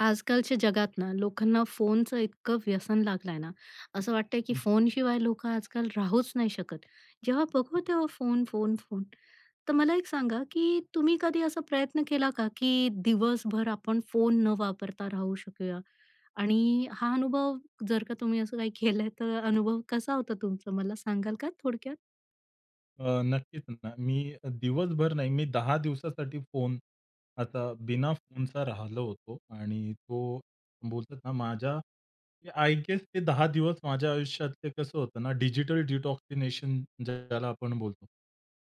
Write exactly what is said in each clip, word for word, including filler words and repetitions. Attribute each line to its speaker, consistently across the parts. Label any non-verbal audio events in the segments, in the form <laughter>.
Speaker 1: आजकालच्या जगात ना लोकांना फोनचं इतकं व्यसन लागलंय ना, असं वाटतंय की
Speaker 2: हं.
Speaker 1: फोनशिवाय लोकं आजकाल राहूच नाही शकत. जेव्हा बघू तेव्हा फोन, फोन, फोन. तर मला एक सांगा, की तुम्ही कधी असा प्रयत्न केला का, की दिवसभर आपण फोन न वापरता राहू शकूया? आणि हा अनुभव जर का तुम्ही असं काही केलंय, तर अनुभव कसा होता तुमचा? मला सांगाल का थोडक्यात?
Speaker 2: अ, नक्कीच ना. मी दिवसभर नाही, मी दहा दिवसासाठी फोन आता बिना फोनचा राहिलो होतो आणि तो बोलतात ना माझ्या आय गेस ते दहा दिवस माझ्या आयुष्यातले कसं होतं ना, डिजिटल डिटॉक्सिनेशन ज्याला आपण बोलतो.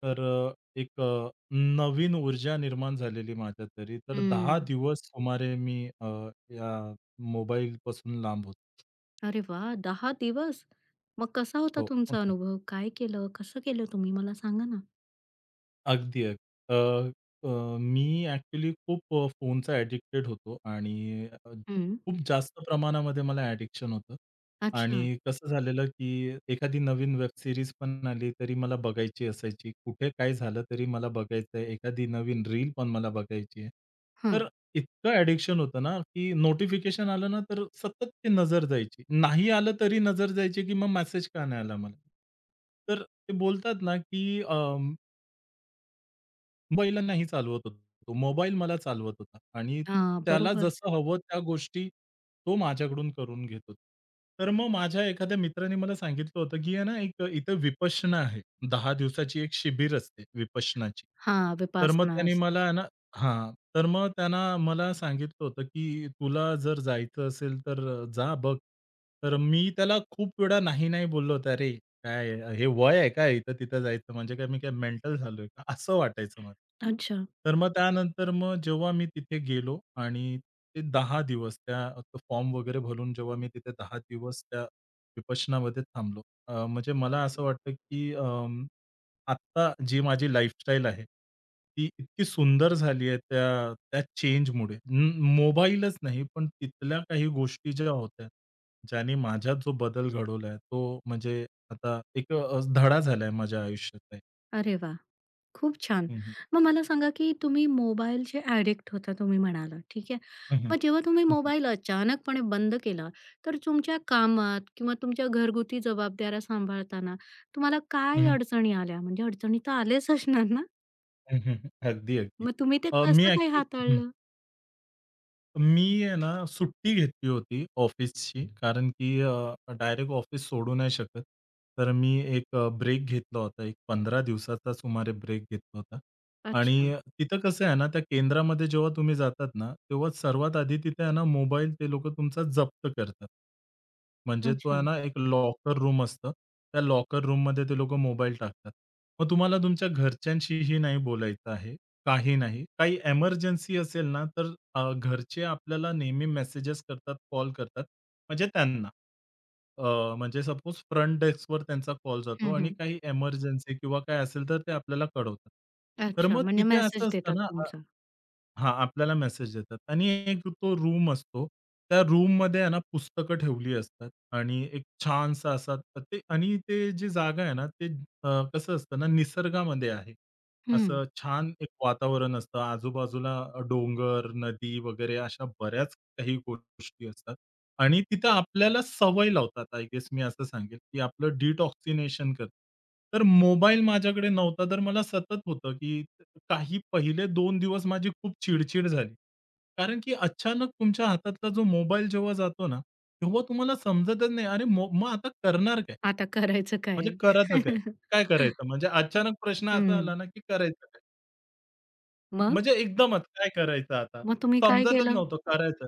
Speaker 2: तर अ, एक अ, नवीन ऊर्जा निर्माण झालेली माझ्या तरी. तर दहा
Speaker 1: हं.
Speaker 2: दिवस सुमारे मी अ, या मोबाईलपासून लांब होतो.
Speaker 1: अरे वाह! दहा दिवस. मग कसा होता
Speaker 2: हो.
Speaker 1: तुमचा अनुभव? काय केलं? कसं केलं तुम्ही? मला सांगा ना?
Speaker 2: अगदी, अगदी. अ, अ, मी ॲक्चुअली खूप अ, फोनचा ॲडिक्टेड होतो आणि अ,
Speaker 1: हं.
Speaker 2: खूप जास्त प्रमाणामध्ये मला ॲडिक्शन होतं
Speaker 1: अच्छा.
Speaker 2: आणि कसं झालेलं, की एखादी नवीन वेब सीरीज पण आली, तरी मला बघायची असायची. कुठे काय झालं तरी मला बघायचं आहे. एखादी नवीन रील पण मला बघायची आहे.
Speaker 1: हां.
Speaker 2: तर इतकं ॲडिक्शन होतं ना, की नोटिफिकेशन आलं ना, तर सतत ती नजर जायची. नाही आलं तरी नजर जायची, की मग मेसेज का नाही आला मला? तर ते बोलतात ना, की बैल नाही चालवत होता. तो मोबाईल मला चालवत होता आणि
Speaker 1: हां,
Speaker 2: त्याला
Speaker 1: बरोबर.
Speaker 2: जसं हवं त्या गोष्टी तो माझ्याकडून करून घेत होता. तर मग माझ्या एखाद्या मित्राने मला सांगितलं होतं, की आहे ना एक इथं विपश्यना आहे. दहा दिवसाची एक शिबिर असते विपश्यनाची.
Speaker 1: हां,
Speaker 2: तर मग
Speaker 1: विपासना
Speaker 2: त्याने
Speaker 1: असतं.
Speaker 2: मला आहे ना हां. तर मग त्यांना मला सांगितलं होतं, की तुला जर जायचं असेल तर जा बघ. तर मी त्याला खूप वेळा नाही, नाही बोललो होतो. "अरे, काय हे वय आहे काय इथं-तिथं जायचं म्हणजे काय मी काय मेंटल झालोय का?" असं वाटायचं मला.
Speaker 1: अच्छा.
Speaker 2: तर मग त्यानंतर मग जेव्हा मी तिथे गेलो आणि ते दहा दिवस त्या फॉर्म वगैरे भरून जेव्हा मी तिथे दहा दिवस त्या विपश्यनामध्ये थांबलो. अ, म्हणजे मला असं वाटतं की अं, आत्ता जी माझी लाईफस्टाईल आहे, ती इतकी सुंदर झाली आहे त्या त्या चेंजमुळे. म मोबाईलच नाही, पण तिथल्या काही गोष्टी ज्या होत्या, ज्याने माझ्यात जो बदल घडवलाय, तो म्हणजे आता एक अ, धडा झालाय माझ्या आयुष्याचा एक.
Speaker 1: अरे वाह! खूप छान.
Speaker 2: हं, हं.
Speaker 1: मग मला सांगा, की तुम्ही मोबाईलचे ॲडिक्ट होता तुम्ही म्हणाला, ठीक आहे.
Speaker 2: हं, हं.
Speaker 1: मग जेव्हा तुम्ही
Speaker 2: हं, हं.
Speaker 1: मोबाईल अचानकपणे बंद केला, तर तुमच्या कामात किंवा तुमच्या घरगुती जबाबदाऱ्या सांभाळताना तुम्हाला
Speaker 2: हं,
Speaker 1: काय
Speaker 2: हं.
Speaker 1: अडचणी आल्या? म्हणजे अडचणी तर आल्याच असणार ना?
Speaker 2: अगदी, अगदी.
Speaker 1: मग तुम्ही ते
Speaker 2: अ, मी
Speaker 1: कसं काय
Speaker 2: ॲक्चुअली
Speaker 1: हाताळलं?
Speaker 2: मी आहे ना, सुट्टी घेतली होती ऑफिसची. कारण की अ, डायरेक्ट ऑफिस सोडू नाही शकत. तर मी एक अ, ब्रेक घेतला होता. एक पंधरा दिवसाचा सुमारे ब्रेक घेतला होता. आणि
Speaker 1: अच्छा,
Speaker 2: तिथं कसं आहे ना, त्या केंद्रामध्ये जेव्हा तुम्ही जातात ना, तेव्हा सर्वात आधी तिथे आहे ना, मोबाईल ते लोकं तुमचा जप्त करतात. म्हणजे तो
Speaker 1: अच्छा.
Speaker 2: आहे ना, एक लॉकर रूम असतं. त्या लॉकर रूममध्ये ते लोकं मोबाईल टाकतात. मग तुम्हाला तुमच्या घरच्यांशीही नाही बोलायचं आहे. काही नाही. काही एमर्जन्सी असेल ना, तर अ, घरचे आपल्याला नेहमी मेसेजेस करतात, कॉल करतात. म्हणजे त्यांना अ, म्हणजे सपोज फ्रंट डेस्कवर त्यांचा कॉल जातो
Speaker 1: हं,
Speaker 2: आणि
Speaker 1: हं.
Speaker 2: काही एमर्जन्सी किंवा काय असेल तर ते आपल्याला कळवतात. तर
Speaker 1: अच्छा,
Speaker 2: मग
Speaker 1: म्हणजे
Speaker 2: तिथे असं
Speaker 1: मेसेज
Speaker 2: असतं
Speaker 1: देतात
Speaker 2: ना अ,
Speaker 1: तुमचा.
Speaker 2: हां, आपल्याला मेसेज येतात आणि एक तो रूम असतो. त्या रूममध्ये आहे ना पुस्तकं ठेवली असतात आणि एक छानसा असा ते आणि ते जी जागा आहे ना, ते अ, कसं असतं ना निसर्गामध्ये आहे.
Speaker 1: हं.
Speaker 2: असं छान एक वातावरण असतं. आजूबाजूला अ, डोंगर, नदी वगैरे अशा बऱ्याच काही गोष्टी असतात आणि तिथं आपल्याला सवय लावतात. आय गेस मी असं सांगेल, की आपलं डिटॉक्सिनेशन करतात. तर मोबाईल माझ्याकडे नव्हता, तर मला सतत होतं, की काही पहिले दोन दिवस माझी खूप चिडचिड झाली. कारण की अचानक तुमच्या हातातला जो मोबाईल जेव्हा जातो ना, तेव्हा तुम्हाला समजतच नाही, अरे मो मग आता करणार काय?
Speaker 1: आता करायचं
Speaker 2: म्हणजे
Speaker 1: काय?
Speaker 2: करता काय? काय करायचं?
Speaker 1: <laughs>
Speaker 2: म्हणजे अचानक प्रश्न असा आला
Speaker 1: हं.
Speaker 2: ना, की करायचं काय?
Speaker 1: मग?
Speaker 2: म्हणजे एकदमच काय करायचं आता?
Speaker 1: मग तुम्ही काय
Speaker 2: समजतच
Speaker 1: केलं?
Speaker 2: नव्हतं करायचं.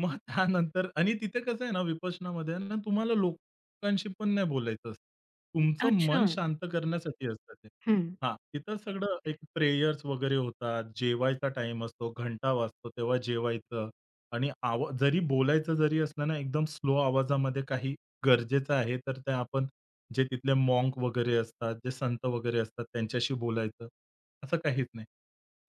Speaker 2: मग त्यानंतर आणि तिथे कसं आहे ना विपश्यनामध्ये ना तुम्हाला लोकांशी पण नाही बोलायचं असतं. तुमचं
Speaker 1: अच्छा.
Speaker 2: मन शांत करण्यासाठी असतं ते.
Speaker 1: हं.
Speaker 2: हां, तिथं सगळं एक प्रेयर्स वगैरे होतात. जेवायचा टाईम असतो, घंटा वाजतो तेव्हा जेवायचं आणि आवा जरी बोलायचं जरी असलं ना एकदम स्लो आवाजामध्ये काही गरजेचं आहे तर ते आपण जे तिथले मॉन्क वगैरे असतात, जे संत वगैरे असतात त्यांच्याशी बोलायचं. असं काहीच नाही.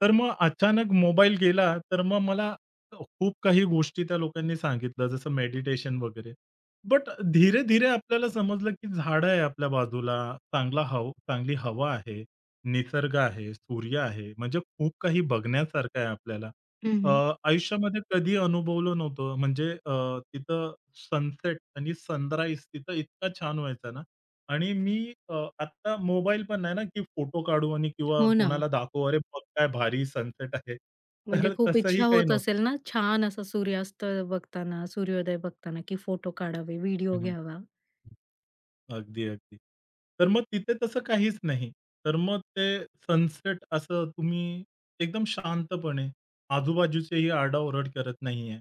Speaker 2: तर मग अचानक मोबाईल गेला, तर मग मला खूप काही गोष्टी त्या लोकांनी सांगितलं, जसं मेडिटेशन वगैरे. बट धीरे-धीरे आपल्याला समजलं, की झाडं आहे आपल्या बाजूला, चांगला हव चांगली हवा आहे, निसर्ग आहे, सूर्य आहे. म्हणजे खूप काही बघण्यासारखं आहे आपल्याला. अ,
Speaker 1: हं,
Speaker 2: आयुष्यामध्ये कधी अनुभवलं नव्हतं. म्हणजे अ, तिथं सनसेट आणि सनराईज तिथं इतका छान व्हायचा ना, आणि मी अ, आत्ता मोबाईल पण आहे ना, की फोटो काढू आणि किंवा
Speaker 1: हो ना.
Speaker 2: कोणाला दाखवू, "अरे, बघ काय भारी सनसेट आहे."
Speaker 1: म्हणजे
Speaker 2: तर
Speaker 1: खूप
Speaker 2: तसंही
Speaker 1: इच्छा
Speaker 2: काही
Speaker 1: होत
Speaker 2: नव्हतं.
Speaker 1: असेल ना, छान असा सूर्यास्त बघताना, सूर्योदय बघताना, की फोटो काढावे, व्हिडिओ
Speaker 2: हं, हं.
Speaker 1: घ्यावा?
Speaker 2: अगदी, अगदी. तर मग तिथे तसं काहीच नाही. तर मग ते सनसेट असं तुम्ही एकदम शांतपणे आजूबाजूचेही आरडाओरड करत नाहीये.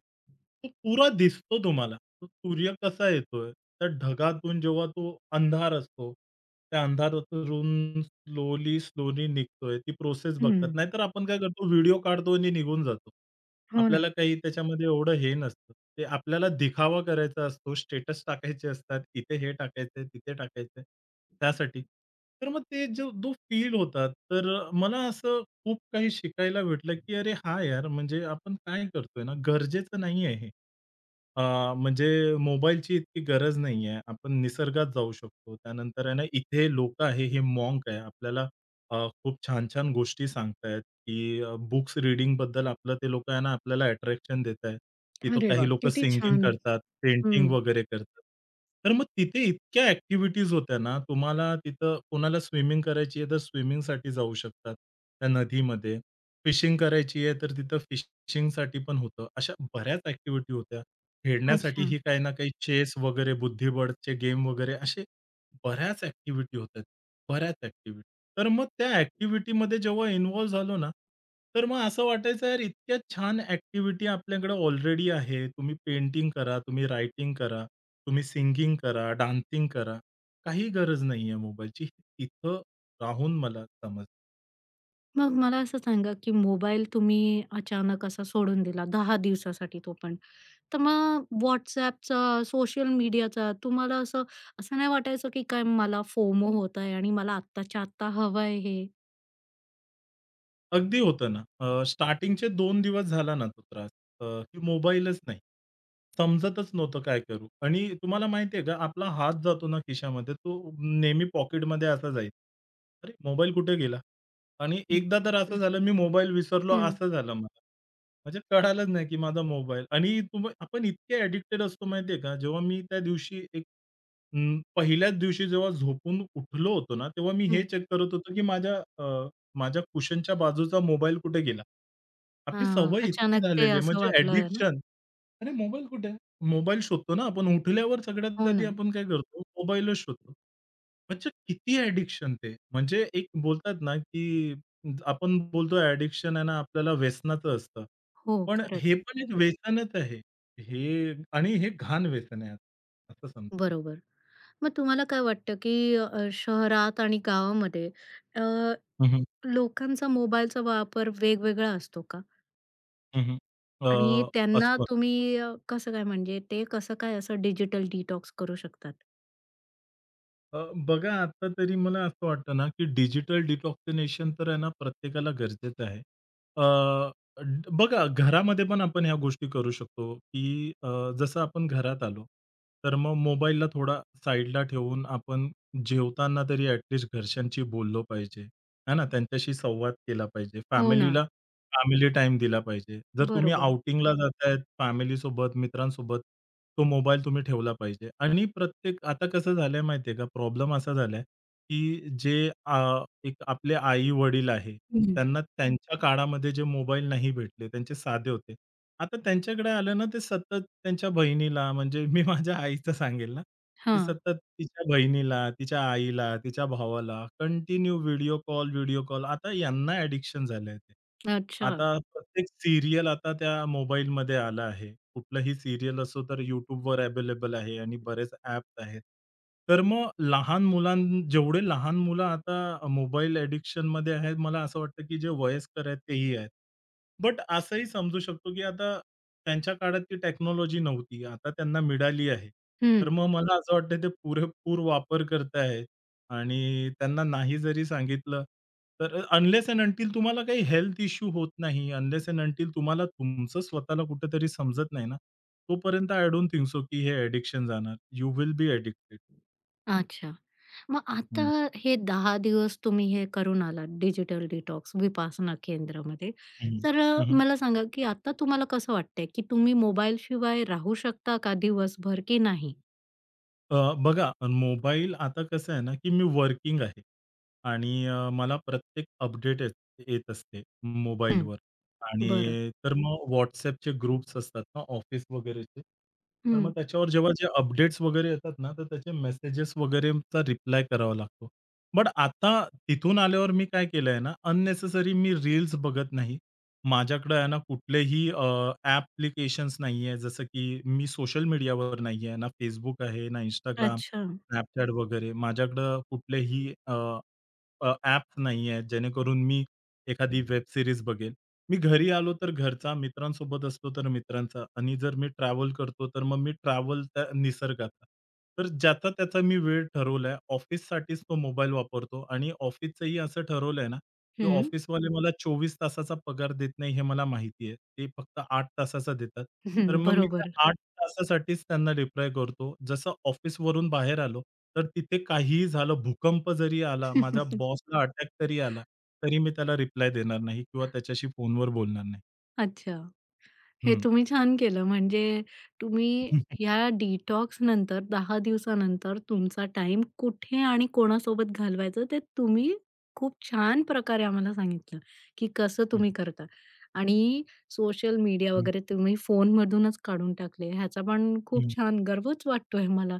Speaker 2: तो पुरा दिसतो तुम्हाला. तो सूर्य कसा येतोय, त्या ढगातून जेव्हा तो अंधार असतो, त्या अंधारातून स्लोली, स्लोली निघतोय. ती प्रोसेस बघतात.
Speaker 1: हं.
Speaker 2: नाहीतर आपण काय करतो व्हिडिओ काढतो आणि निघून जातो.
Speaker 1: हो
Speaker 2: आपल्याला
Speaker 1: ना.
Speaker 2: काही त्याच्यामध्ये एवढं हे नसतं. ते आपल्याला दिखावा करायचा असतो, स्टेटस टाकायचे असतात, इथे हे टाकायचंय, तिथे टाकायचंय, त्यासाठी. तर मग ते जो जो फील होतात, तर मला असं खूप काही शिकायला भेटलं, की अरे हां, यार म्हणजे आपण काय करतोय ना, गरजेचं नाहीये हे. अ, म्हणजे मोबाईलची इतकी गरज नाहीये. आपण निसर्गात जाऊ शकतो. त्यानंतर आहे ना, इथे लोकं आहे, हे मॉन्क आहे. आपल्याला अ, खूप छान-छान गोष्टी सांगतायत, की अ, बुक्स रिडिंगबद्दल आपलं ते लोकं आहे ना, आपल्याला अट्रॅक्शन देतायत. तिथं
Speaker 1: अरे वा
Speaker 2: काही लोकं
Speaker 1: किती
Speaker 2: सिंगिंग
Speaker 1: छान.
Speaker 2: करतात,
Speaker 1: हं.
Speaker 2: पेंटिंग वगैरे करतात. तर मग तिथे इतक्या ॲक्टिव्हिटीज होत्या ना, तुम्हाला तिथं कोणाला स्विमिंग करायची आहे, तर स्विमिंगसाठी जाऊ शकतात त्या नदीमध्ये. फिशिंग करायची आहे, तर तिथं फिशिंगसाठी पण होतं. अशा बऱ्याच ॲक्टिव्हिटी होत्या.
Speaker 1: अच्छा.
Speaker 2: खेळण्यासाठीही काही ना काही चेस वगैरे, बुद्धिबळचे गेम वगैरे असे बऱ्याच ॲक्टिव्हिटी होतात. बऱ्याच ॲक्टिव्हिटी. तर मग त्या ॲक्टिव्हिटीमध्ये जेव्हा इन्व्हॉल्व झालो ना, तर मग असं वाटायचं यार इतक्या छान ॲक्टिव्हिटी आपल्याकडे ऑलरेडी आहे. तुम्ही पेंटिंग करा, तुम्ही रायटिंग करा, तुम्ही सिंगिंग करा, डान्सिंग करा. काही गरज नाहीये मोबाईलची. तिथं राहून मला समजलं.
Speaker 1: मग मला असं सांगा, की मोबाईल तुम्ही अचानक असा सोडून दिला दहा दिवसासाठी तो पण. तर मग WhatsAppचा, सोशल मीडियाचा तुम्हाला असं असं नाही वाटायचं, की काय मला फोमो होत आहे आणि मला आत्ताच्या आत्ता हवं आहे हे?
Speaker 2: अगदी होतं ना. अ, स्टार्टिंगचे दोन दिवस झाला ना तो त्रास. अ, की मोबाईलच नाही. समजतच नव्हतं काय करू? आणि तुम्हाला माहिती आहे का आपला हात जातो ना खिशामध्ये तो नेहमी पॉकेटमध्ये असा जायचा. अरे, मोबाईल कुठे गेला? आणि
Speaker 1: हं.
Speaker 2: एकदा तर असं झालं मी मोबाईल विसरलो
Speaker 1: हं,
Speaker 2: असं झालं मला. म्हणजे कळालंच नाही की माझा मोबाईल आणि तुम्ही आपण इतके ॲडिक्टेड असतो माहिती आहे का? जेव्हा मी त्या दिवशी अं, पहिल्याच दिवशी जेव्हा झोपून उठलो होतो ना, तेव्हा मी हे
Speaker 1: हं.
Speaker 2: चेक करत होतो, की माझ्या अ, माझ्या कुशनच्या बाजूचा मोबाईल कुठे गेला? आपली
Speaker 1: हां,
Speaker 2: सवय इतकी
Speaker 1: अचानक ते
Speaker 2: झालेली आहे
Speaker 1: असं
Speaker 2: म्हणजे
Speaker 1: वाटलं ना.
Speaker 2: ॲडिक्शन. अरे मोबाईल कुठे आहे? मोबाईल शोधतो ना आपण उठल्यावर सगळ्यात
Speaker 1: हो
Speaker 2: आधी
Speaker 1: ना.
Speaker 2: आपण काय करतो? मोबाईलच शोधतो. म्हणजे किती ॲडिक्शन ते. म्हणजे एक बोलतात ना, की आपण बोलतो ॲडिक्शन आहे ना, आपल्याला व्यसनाचं असतं.
Speaker 1: हो,
Speaker 2: पण
Speaker 1: खरंच.
Speaker 2: हे पण एक व्यसनच आहे. हे आणि हे घाण व्यसन आहे असं समजेल.
Speaker 1: बरोबर. मग तुम्हाला काय वाटतं, की अ, शहरात आणि गावामध्ये अ, लोकांचा मोबाईलचा वापर वेगवेगळा असतो का?
Speaker 2: हं, अ,
Speaker 1: आणि त्यांना
Speaker 2: असतो ना.
Speaker 1: तुम्ही अ, कसं काय म्हणजे ते कसं काय असं डिजिटल डिटॉक्स करू शकतात?
Speaker 2: अ, बघा आता तरी मला असं वाटतं ना, की डिजिटल डिटॉक्सिनेशन तर आहे ना प्रत्येकाला गरजेचं आहे. अ, ड बघा घरामध्ये पण आपण ह्या गोष्टी करू शकतो, की अ, जसं आपण घरात आलो, तर मग मोबाईलला थोडा साईडला ठेवून आपण जेवताना तरी ॲट लीस्ट घरच्यांशी बोललो पाहिजे, आहे ना. त्यांच्याशी संवाद केला पाहिजे.
Speaker 1: हो ना.
Speaker 2: फॅमिलीला फॅमिली टाईम दिला पाहिजे. जर तुम्ही
Speaker 1: बरोबर.
Speaker 2: आउटिंगला जाताय फॅमिलीसोबत, मित्रांसोबत, तो मोबाईल तुम्ही ठेवला पाहिजे. आणि प्रत्येक आता कसं झालंय माहिती का, प्रॉब्लेम असा झालाय, की जे अ, एक आपले आई-वडील आहे,
Speaker 1: हं.
Speaker 2: त्यांना त्यांच्या काळामध्ये जे मोबाईल नाही भेटले, त्यांचे साधे होते. आता त्यांच्याकडे आलं ना, ते सतत त्यांच्या बहिणीला म्हणजे मी माझ्या आईचं सांगेल ना, ती
Speaker 1: हां.
Speaker 2: सतत तिच्या बहिणीला, तिच्या आईला, तिच्या भावाला continue video call, video call. आता यांना ॲडिक्शन झालंय ते.
Speaker 1: अच्छा.
Speaker 2: आता प्रत्येक सीरियल आता त्या मोबाईलमध्ये आला आहे. कुठलाही सीरियल असो तर YouTubeवर अवेलेबल आहे आणि बरेच ॲप्स आहेत. तर मग लहान मुलां जेवढे लहान मुलं आता मोबाईल ॲडिक्शनमध्ये आहेत, मला असं वाटतं की जे वयस्कर आहेत तेही आहेत. बट असंही समजू शकतो, की आता त्यांच्या काळात ती टेक्नॉलॉजी नव्हती. आता त्यांना मिळाली आहे. तर
Speaker 1: हं.
Speaker 2: मग मला असं वाटतं ते पुरेपूर वापर करतायेत आणि त्यांना नाही जरी सांगितलं, तर अनलेस एंड अंटिल तुम्हाला काही हेल्थ इश्यू होत नाही, अनलेस एंड अंटिल तुम्हाला तुमचं स्वतःला कुठेतरी समजत नाही ना, तोपर्यंत आय डोंट थिंक सो, की हे एडिक्शन जाणार. You will be addicted.
Speaker 1: अच्छा. मग आता हे दहा दिवस तुम्ही हे करून आलात डिजिटल डिटॉक्स विपासना केंद्रामध्ये. तर अ, मला सांगा, की आता तुम्हाला कसं वाटतंय, की तुम्ही मोबाईलशिवाय राहू शकता का दिवसभर की नाही?
Speaker 2: अ, बघा मोबाईल आता कसं आहे ना, की मी वर्किंग आहे आणि अ, मला प्रत्येक अपडेट येत येत असते
Speaker 1: हं.
Speaker 2: मोबाईलवर
Speaker 1: बरं.
Speaker 2: आणि तर मग WhatsAppचे ग्रुप्स असतात ना ऑफिस वगैरेचे. तर मग
Speaker 1: हं.
Speaker 2: त्याच्यावर जेव्हा जे अपडेट्स वगैरे येतात ना, तर त्याचे मेसेजेस वगैरेचा रिप्लाय करावा लागतो. बट आता तिथून आल्यावर मी काय केलंय ना, अननेसेसरी मी रील्स बघत नाही. माझ्याकडे आहे ना कुठलेही अ, ॲप्लिकेशन्स नाहीये, जसं की मी सोशल मीडियावर नाहीये. ना Facebook आहे, ना Instagram,
Speaker 1: अच्छा.
Speaker 2: Snapchat वगैरे. माझ्याकडं कुठलेही अ अ, ॲप नाहीये, जेणेकरून मी एखादी वेब सीरीज बघेल. मी घरी आलो तर घरचा, मित्रांसोबत असलो तर मित्रांचा आणि जर मी ट्रॅव्हल करतो, तर मग मी ट्रॅव्हल त्या निसर्गाचा. तर ज्याचा त्याचा मी वेळ ठरवलाय. ऑफिससाठीच तो मोबाईल वापरतो आणि ऑफिसचंही असं ठरवलंय ना, की
Speaker 1: हं.
Speaker 2: ऑफिसवाले मला चोवीस तासाचा पगार देत नाही, हे मला माहिती आहे. ते फक्त आठ तासाचा देतात.
Speaker 1: हं,
Speaker 2: तर मग मी
Speaker 1: बरोबर.
Speaker 2: त्या तासासाठीच त्यांना रिप्लाय करतो. जसं ऑफिसवरून बाहेर आलो, तर तिथे काहीही झालं, भूकंप जरी आला, माझ्या
Speaker 1: <laughs>
Speaker 2: बॉसला अटॅक तरी आला, तरी मी त्याला रिप्लाय देणार नाही किंवा त्याच्याशी फोनवर बोलणार नाही.
Speaker 1: अच्छा. हे
Speaker 2: हं.
Speaker 1: तुम्ही छान केलं. म्हणजे तुम्ही
Speaker 2: हं,
Speaker 1: ह्या डिटॉक्सनंतर दहा दिवसानंतर तुमचा टाइम कुठे आणि कोणासोबत घालवायचं ते तुम्ही खूप छान प्रकारे आम्हाला सांगितलं, की कसं
Speaker 2: हं,
Speaker 1: तुम्ही करता आणि सोशल मीडिया वगैरे तुम्ही फोनमधूनच काढून टाकले. ह्याचा पण खूप
Speaker 2: हं,
Speaker 1: छान गर्वच वाटतोय मला.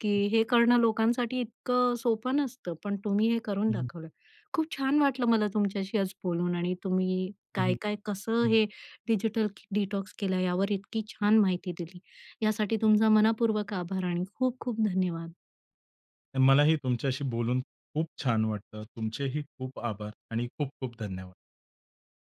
Speaker 1: की हे करणं लोकांसाठी इतकं सोपं नसतं, पण तुम्ही हे करून
Speaker 2: हं,
Speaker 1: दाखवलं. खूप छान वाटलं मला तुमच्याशी आज बोलून आणि तुम्ही
Speaker 2: हं,
Speaker 1: काय-काय कसं
Speaker 2: हं.
Speaker 1: हे डिजिटल डिटॉक्स केलं यावर इतकी छान माहिती दिली. यासाठी तुमचा मनःपूर्वक आभार आणि खूप खूप धन्यवाद.
Speaker 2: मलाही तुमच्याशी बोलून खूप छान वाटलं. तुमचेही खूप आभार आणि खूप खूप धन्यवाद.